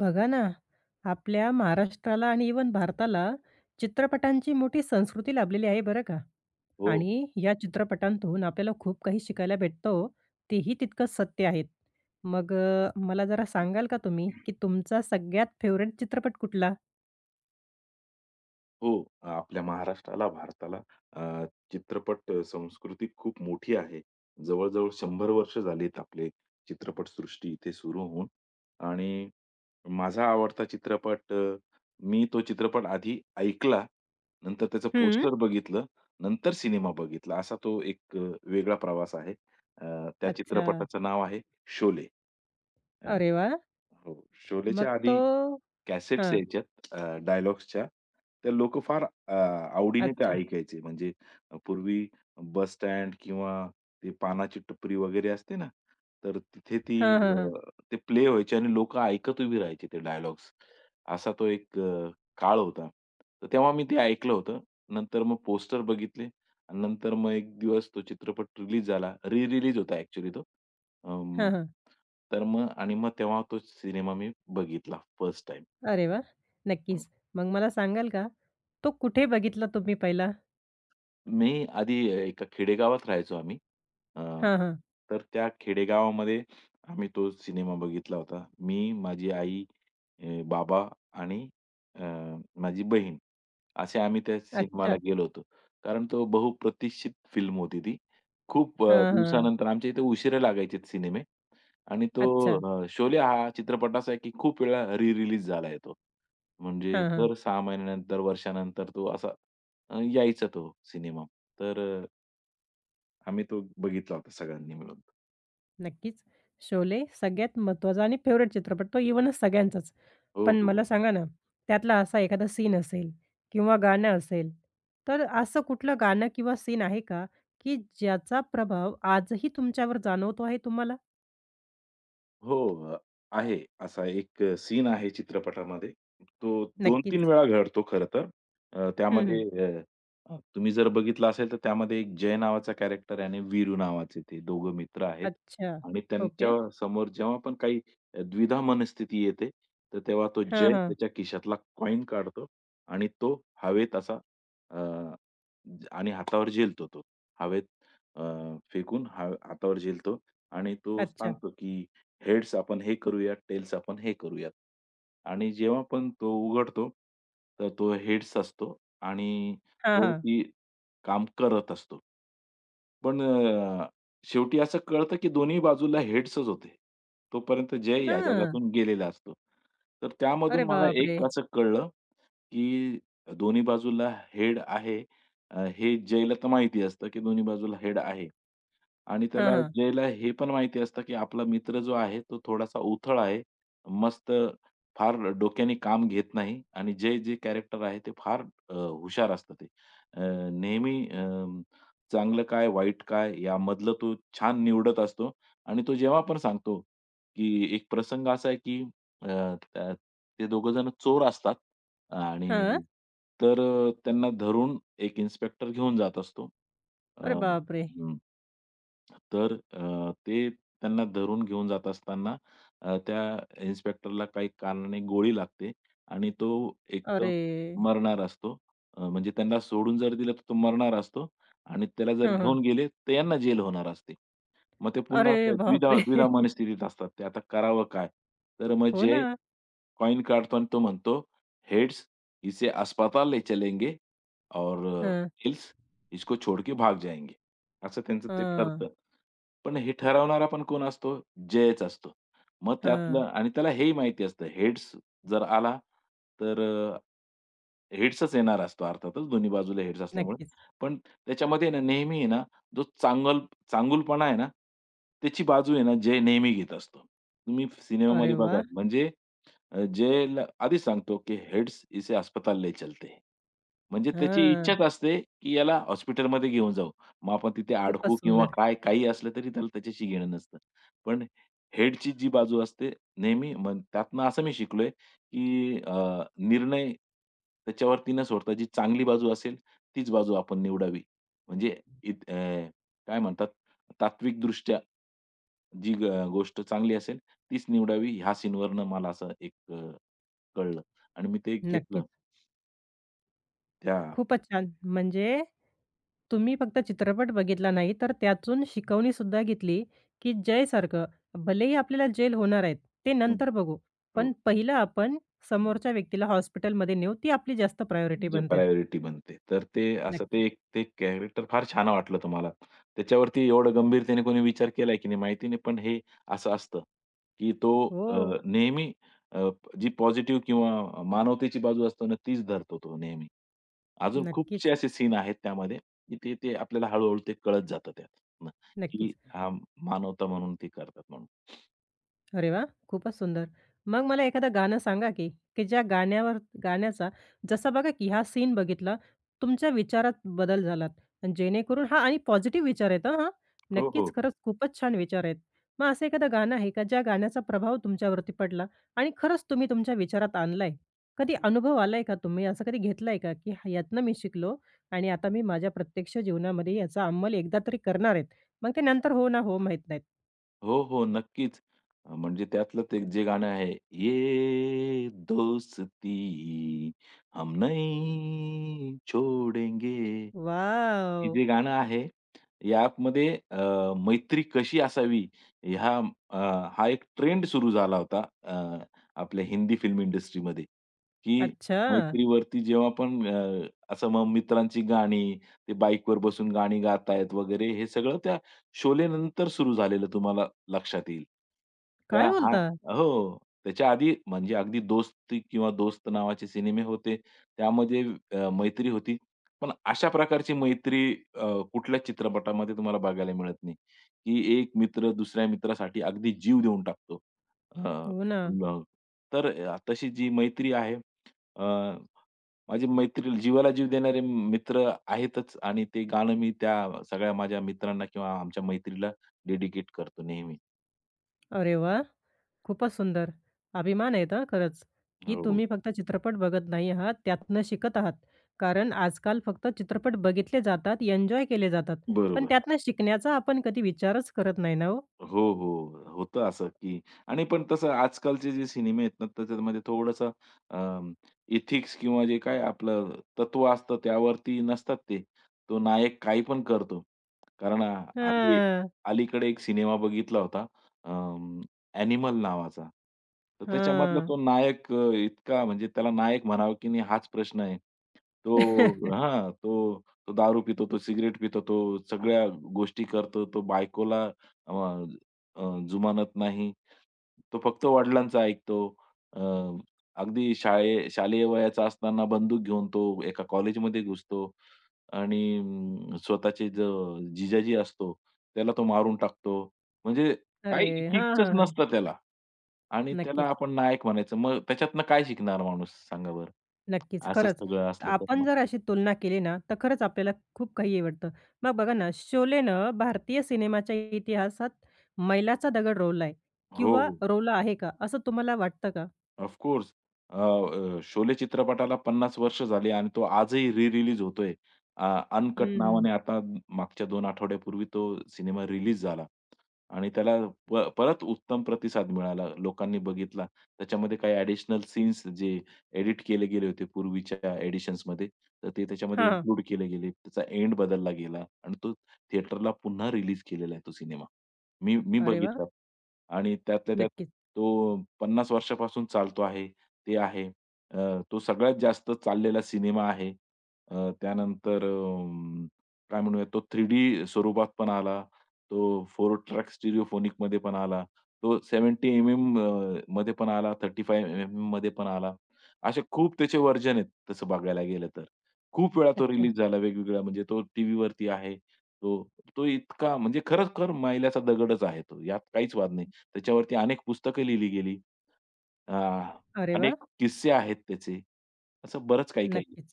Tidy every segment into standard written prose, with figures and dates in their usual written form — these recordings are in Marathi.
बघा ना, आपल्या महाराष्ट्राला आणि इवन भारताला चित्रपटांची मोठी संस्कृती लाभलेली आहे बरं का. हो. आणि या चित्रपटांतून आपल्याला खूप काही शिकायला भेटतं, हो. तेही तितकंच सत्य आहे. मग मला जरा सांगाल का तुम्ही, की तुमचा सगळ्यात फेव्हरेट चित्रपट कुठला? हो. आपल्या महाराष्ट्राला, भारताला अ, चित्रपट संस्कृती खूप मोठी आहे. जवळ-जवळ 100 वर्ष झालीत आपले चित्रपटसृष्टी इथे सुरू होऊन आणि माझा आवडता चित्रपट मी तो चित्रपट आधी ऐकला, नंतर त्याचं हं. पोस्टर बघितलं, नंतर सिनेमा बघितला. असा तो एक वेगळा प्रवास आहे. त्या अच्छा. चित्रपटाचं नाव आहे शोले. अ, अरे वाह! हो. शोलेच्या मग तो आधी कॅसेट्स हां. यायच्यात डायलॉग्सच्या. त्या लोकं फार आवडीने ते अच्छा. ऐकायचे. म्हणजे पूर्वी बस स्टँड किंवा ती पानाची टपरी वगैरे असते ना, तर तिथे ती हां, हां, अ, हां. ते प्ले व्हायचे आणि लोकं ऐकत उभी राहायची ते डायलॉग्स. असा तो एक काळ होता. तर तेव्हा मी ते ऐकलं होतं. नंतर मग पोस्टर बघितले आणि नंतर मग एक दिवस तो चित्रपट रिलीज झाला. री-रिलीज होता ॲक्चुअली तो. अं, हां, हां. तर मग आणि मग तेव्हा तो सिनेमा मी बघितला फर्स्ट टाईम. अरे वाह! अ, नक्कीच. मग मला सांगाल का, तो कुठे बघितला तुम्ही पहिला? मी आधी एका खेडेगावात राहायचो आम्ही. अ, हां, हां. तर त्या खेडेगावामध्ये आम्ही तो सिनेमा बघितला होता. मी, माझी आई, बाबा आणि अ, माझी बहीण असे आम्ही त्या अच्छा. सिनेमाला गेलो होतो. कारण तो बहुप्रतिक्षित फिल्म होती ती. खूप हां, हां. दिवसानंतर आमच्या इथे उशिरा लागायचे सिनेमे. आणि तो अच्छा. शोले हा चित्रपट असा आहे, की खूप वेळा री-रिलीज झालाय तो. म्हणजे हां, हां. दर 6 महिन्यानंतर, वर्षानंतर तो असा यायचा तो सिनेमा. तर आम्ही तो बघितला होता सगळ्यांनी मिळून. नक्कीच. शोले सगळ्यात महत्त्वाचा आणि फेव्हरेट चित्रपट तो इव्हन सगळ्यांचाच. हो, पण हो. मला सांगा ना, त्यातला असा एखादा सीन असेल किंवा गाणं असेल, तर असं कुठलं गाणं किंवा सीन आहे का, की ज्याचा प्रभाव आजही तुमच्यावर जाणवतो आहे तुम्हाला? हो, आहे. असा एक सीन आहे चित्रपटामध्ये. तो 2-3 नक्कीच. वेळा घडतो खरं तर. अ, हं, त्यामध्ये हं. अ, अ, तुम्ही जर बघितलं असेल तर त्यामध्ये एक जय नावाचा कॅरेक्टर आहे आणि वीरू नावाचे ते दोघं मित्र आहेत अच्छा. आणि त्यांच्या ओके. समोर जेव्हा पण काही द्विधा मनस्थिती येते, तर तेव्हा तो हां, जय हां. त्याच्या खिशातला कॉइन काढतो आणि तो हवेत असा अ, आणि हातावर झेलतो तो. हवेत अ, फेकून हा हातावर झेलतो आणि तो अच्छा. सांगतो की हेड्स आपण हे करूयात, टेल्स आपण हे करूयात. आणि जेव्हा पण तो उघडतो, तर तो हेड्स असतो आणि हां, तो हां. ती काम करत असतो. पण शेवटी असं कळतं, की दोन्ही बाजूला हेड्सच होते. तोपर्यंत जय या हां. जगातून गेलेला असतो. तर त्यामधून अरे मला बापरे! एक असं कळलं, की दोन्ही बाजूला हेड आहे. हे जयला तर माहिती असतं, की दोन्ही बाजूला हेड आहे. आणि हां, त्याला हां. जयला हे पण माहिती असतं, की आपला मित्र जो आहे तो थोडासा उथळ आहे. मस्त फार डोक्याने काम घेत नाही आणि जय जे कॅरेक्टर आहे ते फार हुशार असतं ते. अ, नेहमी अ, चांगलं काय, वाईट काय यामधलं तो छान निवडत असतो आणि तो जेव्हा पण सांगतो, की एक प्रसंग असा आहे, की त्या ते दोघं जण चोर असतात आणि हां. तर त्यांना धरून एक इन्स्पेक्टर घेऊन जात असतो. अ, अरे बापरे! हं. तर ते त्यांना धरून घेऊन जात असताना त्या इन्स्पेक्टरला काही कारणाने गोळी लागते आणि तो एक तर अरे! मरणार असतो. म्हणजे त्यांना सोडून जर दिलं तर तो मरणार असतो आणि त्याला जर हां, हां. घेऊन गेले तर यांना जेल होणार असते. मग ते पुन्हा अरे त्या द्विधा बापरे! द्विधा स्थितीत असतात. ते आता करावं काय? तर मग हो जय ना. कॉइन काढतो आणि तो म्हणतो, "हेड्स इसे अस्पताल ले चलेंगे और हं. टेल्स इसको छोड़ के भाग जाएंगे." असं त्यांचं ते हां, ठरतं. पण हे ठरवणारा पण कोण असतो? जयच असतो. मग त्यातलं हां. आणि त्याला हेही माहिती असतं हेड्स जर आला तर हेड्सच येणार असतो अर्थातच दोन्ही बाजूला हेड्स असल्यामुळे. नक्कीच. पण त्याच्यामध्ये ना नेहमी आहे ना जो चांगुलपणा आहे ना, त्याची बाजू आहे ना जय नेहमी घेत असतो. तुम्ही अरे सिनेमामध्ये बघाल वाह! म्हणजे जेल आधीच सांगतो, की हेड्स इसे अस्पताल ले चलते हैं. म्हणजे त्याची हां. इच्छाच असते, की याला हॉस्पिटलमध्ये घेऊन जाऊ. मग आपण तिथे खूपच अडकू किंवा सुंदर. काय काही असलं तरी त्याला त्याच्याशी घेणं नसतं. पण हेडची जी बाजू असते नेहमी मग त्यातनं असं मी शिकलोय, की निर्णय त्याच्यावरती न सोडता जी चांगली बाजू असेल, तीच बाजू आपण निवडावी. म्हणजे इत अ, काय म्हणतात तात्विकदृष्ट्या जी गोष्ट चांगली असेल, तीच निवडावी ह्या सीनवरनं मला असं एक कळलं आणि मी ते घेतलं नक्कीच. त्या खूपच छान. म्हणजे तुम्ही फक्त चित्रपट बघितला नाही, तर त्यातून शिकवणी सुद्धा घेतली, की जयसारखं भलेही आपल्याला जेल होणार आहेत, ते हं, नंतर बघू. हो. पण पहिलं आपण समोरच्या व्यक्तीला हॉस्पिटलमध्ये नेऊ, ती आपली जास्त प्रायोरिटी जे बनते. प्रायोरिटी बनते. तर ते असं ते नक्की. एक ते कॅरेक्टर फार छान वाटलं तर मला. त्याच्यावरती एवढं गंभीरतेने कोणी विचार केलाय की नाही माहिती नाही. पण हे असं असतं की तो अ, हो. नेहमी अ, जी पॉझिटिव्ह किंवा मानवतेची बाजू असतो ना तीच धरतो तो नेहमी. अजून खूपसे नक्कीच, असे सीन आहेत त्यामध्ये की ते ते आपल्याला हळू ते कळत जातं त्यातनं की नक्कीच. हा मानवता म्हणून ते करतात म्हणून. अरे वा, खूपच सुंदर. मग मला एखादं गाणं सांगा की, की ज्या गाण्यावर गाण्याचा जसा बघा की हा सीन बघितला, तुमच्या विचारात बदल झालात. अन् जेणेकरून हां आणि पॉझिटिव्ह विचार आहेत हां. हो, हो. नक्कीच खरंच खूपच छान विचार आहेत. मग असं एखादं गाणं आहे का ज्या गाण्याचा प्रभाव तुमच्यावरती पडला आणि खरंच तुम्ही तुमच्या विचारात आणलाय? कधी अनुभव आलाय का तुम्ही असं कधी घेतलाय का, की हा- यातनं मी शिकलो आणि आता मी माझ्या प्रत्यक्ष जीवनामध्ये याचा अंमल एकदा तरी करणार आहेत. मग ते नंतर हो ना हो माहीत नाहीत. हो, हो. नक्कीच. म्हणजे त्यातलं ते जे गाणं आहे, "ये दोस्ती हम नहीं छोडेंगे." हे वॉव! जे गाणं आहे, या ॲपमध्ये मैत्री कशी असावी ह्या अ, हा एक ट्रेंड सुरू झाला होता आपल्या हिंदी फिल्म इंडस्ट्रीमध्ये, की अच्छा! मैत्रीवरती जेव्हा पण असं मग मित्रांची गाणी, ते बाईकवर बसून गाणी गातायत वगैरे हे सगळं त्या शोलेनंतर सुरू झालेलं तुम्हाला लक्षात येईल. त्या काय हा बोलता? हो. त्याच्या आधी म्हणजे अगदी दोस्ती किंवा दोस्त नावाचे सिनेमे होते. त्यामध्ये मैत्री होती. पण अशा प्रकारची मैत्री अ, कुठल्याच चित्रपटामध्ये तुम्हाला बघायला मिळत नाही, की एक मित्र दुसऱ्या मित्रासाठी अगदी जीव देऊन टाकतो. अ, हो ना. मग तर अ, तशी जी मैत्री आहे अ, माझी मैत्री जीवाला जीव देणारे मित्र आहेतच आणि ते गाणं मी त्या सगळ्या माझ्या मित्रांना किंवा आमच्या मैत्रीला डेडिकेट करतो नेहमी. अरे वा, खूपच सुंदर. अभिमान आहेत हां खरंच, की हो, तुम्ही फक्त चित्रपट बघत नाही आहात, त्यातनं शिकत आहात. कारण आजकाल फक्त चित्रपट बघितले जातात, एन्जॉय केले जातात. पण बरोबर. त्यातनं शिकण्याचा आपण कधी विचारच करत नाही ना हो. हो, हो. होतं असं, की आणि पण तसं आजकालचे जे सिनेमे आहेत ना, त्याच्यामध्ये थोडंसं अं, किंवा जे काय आपलं तत्व असतं त्यावरती नसतात ते. तो नायक काही पण करतो. कारण हल्ली हां, अलीकडे एक सिनेमा बघितला होता अं, ॲनिमल नावाचा. तर त्याच्यामधला हां. तो नायक इतका म्हणजे त्याला नायक म्हणावं की नाही हाच प्रश्न आहे. तो तो दारू पितो, तो सिगारेट पितो, तो सगळ्या गोष्टी करतो, तो बायकोला अ, जुमानत नाही. तो फक्त वडिलांचं ऐकतो. अ, अगदी शालेय वयाचा असताना बंदूक घेऊन तो एका कॉलेजमध्ये घुसतो आणि स्वतःचे जो जिजाजी असतो, त्याला तो मारून टाकतो. म्हणजे अरे! काही हां, इथिक्सच हां, हां. नसतं त्याला आणि त्याला नक्कीच. आपण नायक म्हणायचं. मग त्याच्यातनं काय शिकणार माणूस सांगा बरं? नक्कीच, असंच खरंच. सगळं असलं तर आपण मग जर अशी तुलना केली ना, तर खरंच आपल्याला खूप काही आवडतं. मग बघा ना, शोलेनं भारतीय सिनेमाच्या इतिहासात मैलाचा दगड रोवलाय हो, किंवा हो. रोवला आहे का, असं तुम्हाला वाटतं का? ऑफ शोले चित्रपटाला 50 वर्ष झाली आणि तो आजही री-रिलीज होतोय. अ, अनकट हं, हं. नावाने आता मागच्या 2 आठवड्यापूर्वी तो सिनेमा रिलीज झाला आणि त्याला परत उत्तम प्रतिसाद मिळाला. लोकांनी बघितला. त्याच्यामध्ये काही ॲडिशनल सीन्स जे एडिट केले गेले होते पूर्वीच्या एडिशन्समध्ये, तर ते त्याच्यामध्ये हां, हां. इन्क्लूड केले गेले. त्याचा एंड बदलला गेला आणि तो थिएटरला पुन्हा रिलीज केलेला आहे तो सिनेमा. मी मी अरे वाह! बघितलं आणि त्यातल्या त्यात नक्कीच. तो 50 वर्षापासून चालतो आहे, ते आहे. तो सगळ्यात जास्त चाललेला सिनेमा आहे. अ, त्यानंतर अ, काय म्हणूया तो 3D स्वरूपात पण आला. तो 4 ट्रॅक स्टिरिओफोनिकमध्ये पण आला. तो 70 एम-एम मध्ये पण आला, 35 एम-एममध्ये पण आला. असे खूप त्याचे वर्जन आहेत तसं बघायला गेलं तर. खूप वेळा तो अच्छा. रिलीज झाला वेगवेगळ्या म्हणजे तो टीव्हीवरती आहे. तो तो इतका म्हणजे खरंखर मैलाचा दगडच आहे तो. यात काहीच वाद नाही. त्याच्यावरती अनेक पुस्तकं लिहिली गेली. अ, अरे वाह! अनेक किस्से आहेत त्याचे. असं बरंच काही-काही. नक्कीच.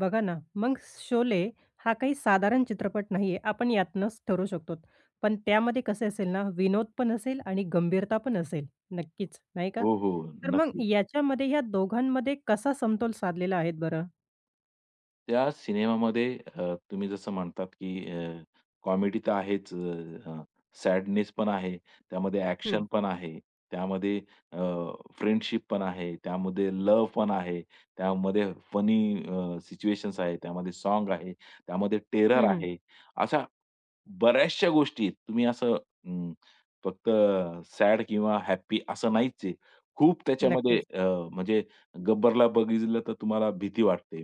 बघा ना, मग शोले हा काही साधारण चित्रपट नाहीये, आपण यातनंच ठरवू शकतो. पण त्यामध्ये कसं असेल ना, विनोद पण असेल आणि गंभीरता पण असेल. नक्कीच, नाही का? हो, हो. तर मग नक्की. याच्यामध्ये ह्या दोघांमध्ये कसा समतोल साधलेला आहे बरं? त्या सिनेमामध्ये तुम्ही जसं म्हणतात, की कॉमेडी तर आहेच, सॅडनेस पण आहे, त्यामध्ये हं, ॲक्शन पण आहे, त्यामध्ये फ्रेंडशिप पण आहे, त्यामध्ये लव्ह पण आहे, त्यामध्ये फनी सिच्युएशन्स आहे, त्यामध्ये साँग आहे, त्यामध्ये टेरर हं, हं. आहे. अशा बऱ्याचशा गोष्टी आहेत. तुम्ही असं अं, फक्त सॅड किंवा हॅपी असं नाहीच आहे. खूप त्याच्यामध्ये नक्कीच. म्हणजे गब्बरला बघितलं तर तुम्हाला भीती वाटते.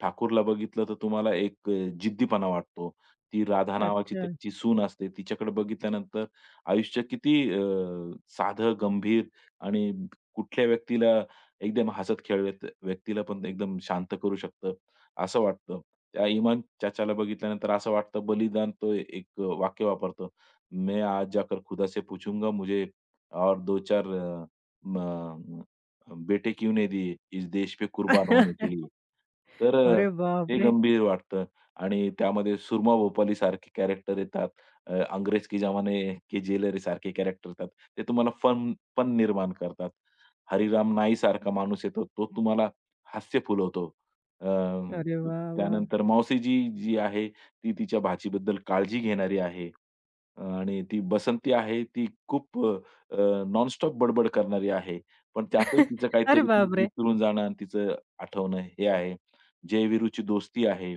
ठाकूरला बघितलं तर तुम्हाला एक जिद्दीपणा वाटतो. ती राधा नावाची अच्छा. त्याची सून असते. तिच्याकडे बघितल्यानंतर आयुष्य किती साधं, गंभीर आणि कुठल्या व्यक्तीला एकदम हसत खेळत व्यक्तीला पण एकदम शांत करू शकतं, असं वाटतं. त्या इमान चाचाला बघितल्यानंतर असं वाटतं बलिदान तो एक वाक्य वापरतो. "मैं आज जाकर खुदा से पूछूंगा मुझे और 2-4 बेटे क्यों नहीं दिए? इस देश पे कुर्बान होने के लिए." तर अरे ते बापरे! गंभीर वाटतं आणि त्यामध्ये सुरमा भोपाली सारखे कॅरेक्टर येतात. अंग्रेज के जमाने के जेलर सारखे कॅरेक्टर येतात. ते तुम्हाला फन फन निर्माण करतात. हरिराम नाई सारखा माणूस येतो, तो तुम्हाला हास्य फुलवतो. अ, अरे वाह! वाह! त्यानंतर मावशीजी जी आहे, ती तिच्या भाचीबद्दल काळजी घेणारी आहे. आणि ती बसंती आहे, ती खूप नॉनस्टॉप बडबड करणारी आहे. पण त्यातही तिचं अरे काहीतरी ती बापरे! विसरून जाणं आणि तिचं आठवणं हे आहे. जय-वीरूची दोस्ती आहे.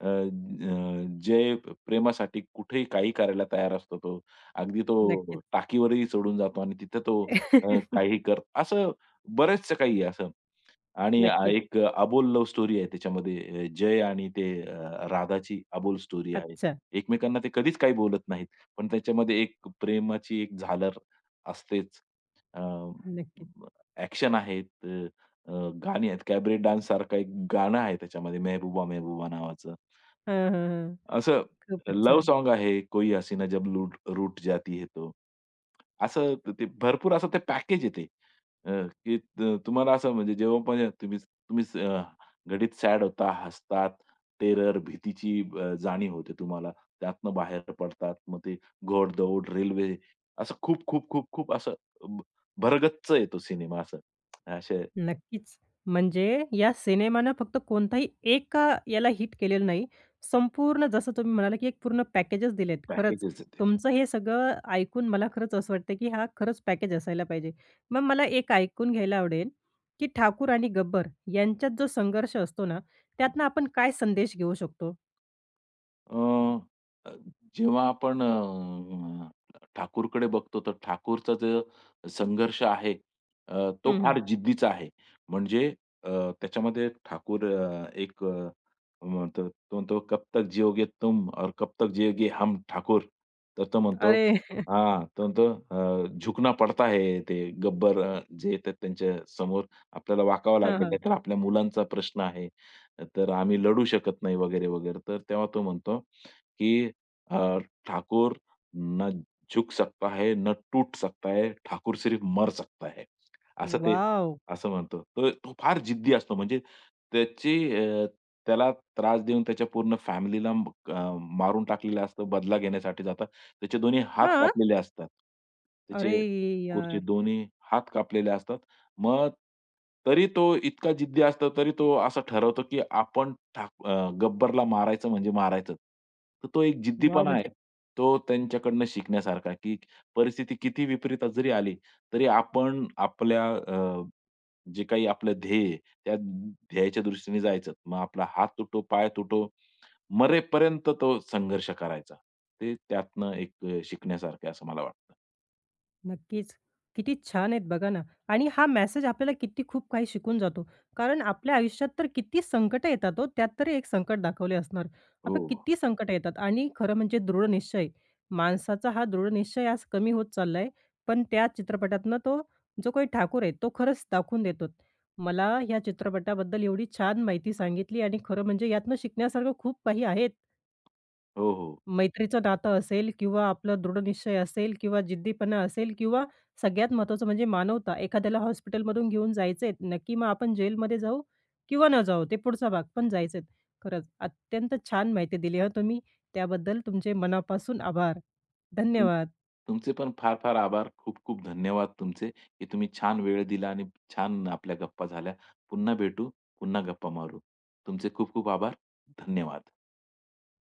अ, अ, जय प्रेमासाठी कुठेही काही करायला तयार असतो तो. अगदी तो नक्कीच. टाकीवरही चढून जातो आणि तिथं तो अ, काही कर असं बरेचसं काही आहे असं. आणि नक्कीच. एक अबोल लव्ह स्टोरी आहे त्याच्यामध्ये. जय आणि ते राधाची अबोल स्टोरी आहे. अच्छा. एकमेकांना ते कधीच काही बोलत नाहीत. पण त्याच्यामध्ये एक प्रेमाची एक झालर असतेच. अ, नक्कीच. ॲक्शन आहेत, अ, अ, गाणी आहेत. कॅबरेट डान्ससारखं एक गाणं आहे त्याच्यामध्ये, मेहबूबा मेहबूबा नावाचं. हां, हां, हां. असं खूपच लव्ह छान. सॉन्ग आहे, कोई हसीना जब लूट रूठ जाती है तो. असं ते भरपूर असं ते पॅकेज आहे ते. अ, की तुम्हाला असं म्हणजे जेव्हा पण तुम्ही तुम्ही घडीत सॅड होता, हसतात, टेरर, भीतीची जाणीव होते तुम्हाला. त्यातनं बाहेर पडतात. मग ते घोडदौड, रेल्वे असं खूप, खूप, खूप, खूप असं भ भरगच्च आहे सिनेमा असं. असे नक्कीच. म्हणजे या सिनेमानं फक्त कोणताही एका याला हिट केलेलं नाही. संपूर्ण जसं तुम्ही म्हणाला, की एक पूर्ण पॅकेजच दिलेत. खरंच पॅकेजेस आहेत ते. तुमचं हे सगळं ऐकून मला खरंच असं वाटतं, की हा खरंच पॅकेज असायला पाहिजे. मग मला एक ऐकून घ्यायला आवडेल, की ठाकूर आणि गब्बर यांच्यात जो संघर्ष असतो ना, त्यातनं आपण काय संदेश घेऊ शकतो? अ, अ, जेव्हा आपण ठाकूरकडे बघतो, तर ठाकूरचा जो संघर्ष आहे, तो हं, हं. फार जिद्दीचा आहे. म्हणजे अ, त्याच्यामध्ये ठाकूर अ, एक अ, म्हणतो तो म्हणतो, "कब तक जिओगे तुम और कब तक जिएंगे हम ठाकूर." तर तो म्हणतो अरे! हां, तो म्हणतो "झुकना पडता है." ते गब्बर जे येतात त्यांच्या समोर आपल्याला वाकावं हां, लागेल, हां. नाहीतर आपल्या मुलांचा प्रश्न आहे. तर आम्ही लढू शकत नाही वगैरे, वगैरे. तर तेव्हा तो म्हणतो, की अ, "ठाकुर ना झुक सकता है, न टूट सकता है, ठाकुर सिर्फ मर सकता है." असं ते वॉव! असं म्हणतो. तर तो फार जिद्दी असतो. म्हणजे त्याची त्याला त्रास देऊन त्याच्या पूर्ण फॅमिलीला मारून टाकलेलं असतं. बदला घेण्यासाठी जातात. त्याचे दोन्ही हात हां. कापलेले असतात. अरे त्याचे यार! दोन्ही हात कापलेले असतात. मग तरी तो इतका जिद्दी असतो, तरी तो असा ठरवतो, की आपण गब्बरला मारायचं म्हणजे मारायचंच. तर तो एक वॉव! जिद्दीपणा आहे. म्हणजे तो त्यांच्याकडनं शिकण्यासारखा आहे, की परिस्थिती किती विपरीत जरी आली, तरी आपण आपल्या जे काही आपलं ध्येय आहे, त्या ध्येयाच्या दृष्टीने जायचं. मग आपला हात तुटो, पाय तुटो, मरेपर्यंत तो संघर्ष करायचा. ते त्यातनं एक शिकण्यासारखं आहे असं मला वाटतं. नक्कीच. किती छान आहेत बघा ना आणि हा मेसेज आपल्याला किती खूप काही शिकून जातो. कारण आपल्या आयुष्यात तर किती संकट येतात हो, त्यात तरी एक संकट दाखवले असणार. आपण हो, किती संकट येतात आणि खरं म्हणजे दृढ निश्चय. माणसाचा हा दृढ निश्चय आज कमी होत चाललाय. पण त्या चित्रपटातनं तो जो काही ठाकूर आहे, तो खरंच दाखवून देतो. मला ह्या चित्रपटाबद्दल एवढी छान माहिती सांगितली आणि खरं म्हणजे यातनं शिकण्यासारखं खूप काही आहेत. हो, हो. मैत्रीचं नातं असेल किंवा आपला दृढनिश्चय असेल किंवा जिद्दीपणा असेल किंवा सगळ्यात महत्त्वाचं म्हणजे मानवता. एखाद्याला हॉस्पिटलमधून घेऊन जायचंय, नक्की मग आपण जेलमध्ये जाऊ किंवा न जाऊ, ते पुढचा भाग, पण जायचंय. खरंच अत्यंत छान माहिती दिली हं तुम्ही. त्याबद्दल तुमचे मनापासून आभार. धन्यवाद. तुमचे पण फार-फार आभार. खूप-खूप धन्यवाद तुमचे, की तुम्ही छान वेळ दिला आणि छान आपल्या गप्पा झाल्या. पुन्हा भेटू, पुन्हा गप्पा मारू. तुमचे खूप-खूप आभार. धन्यवाद.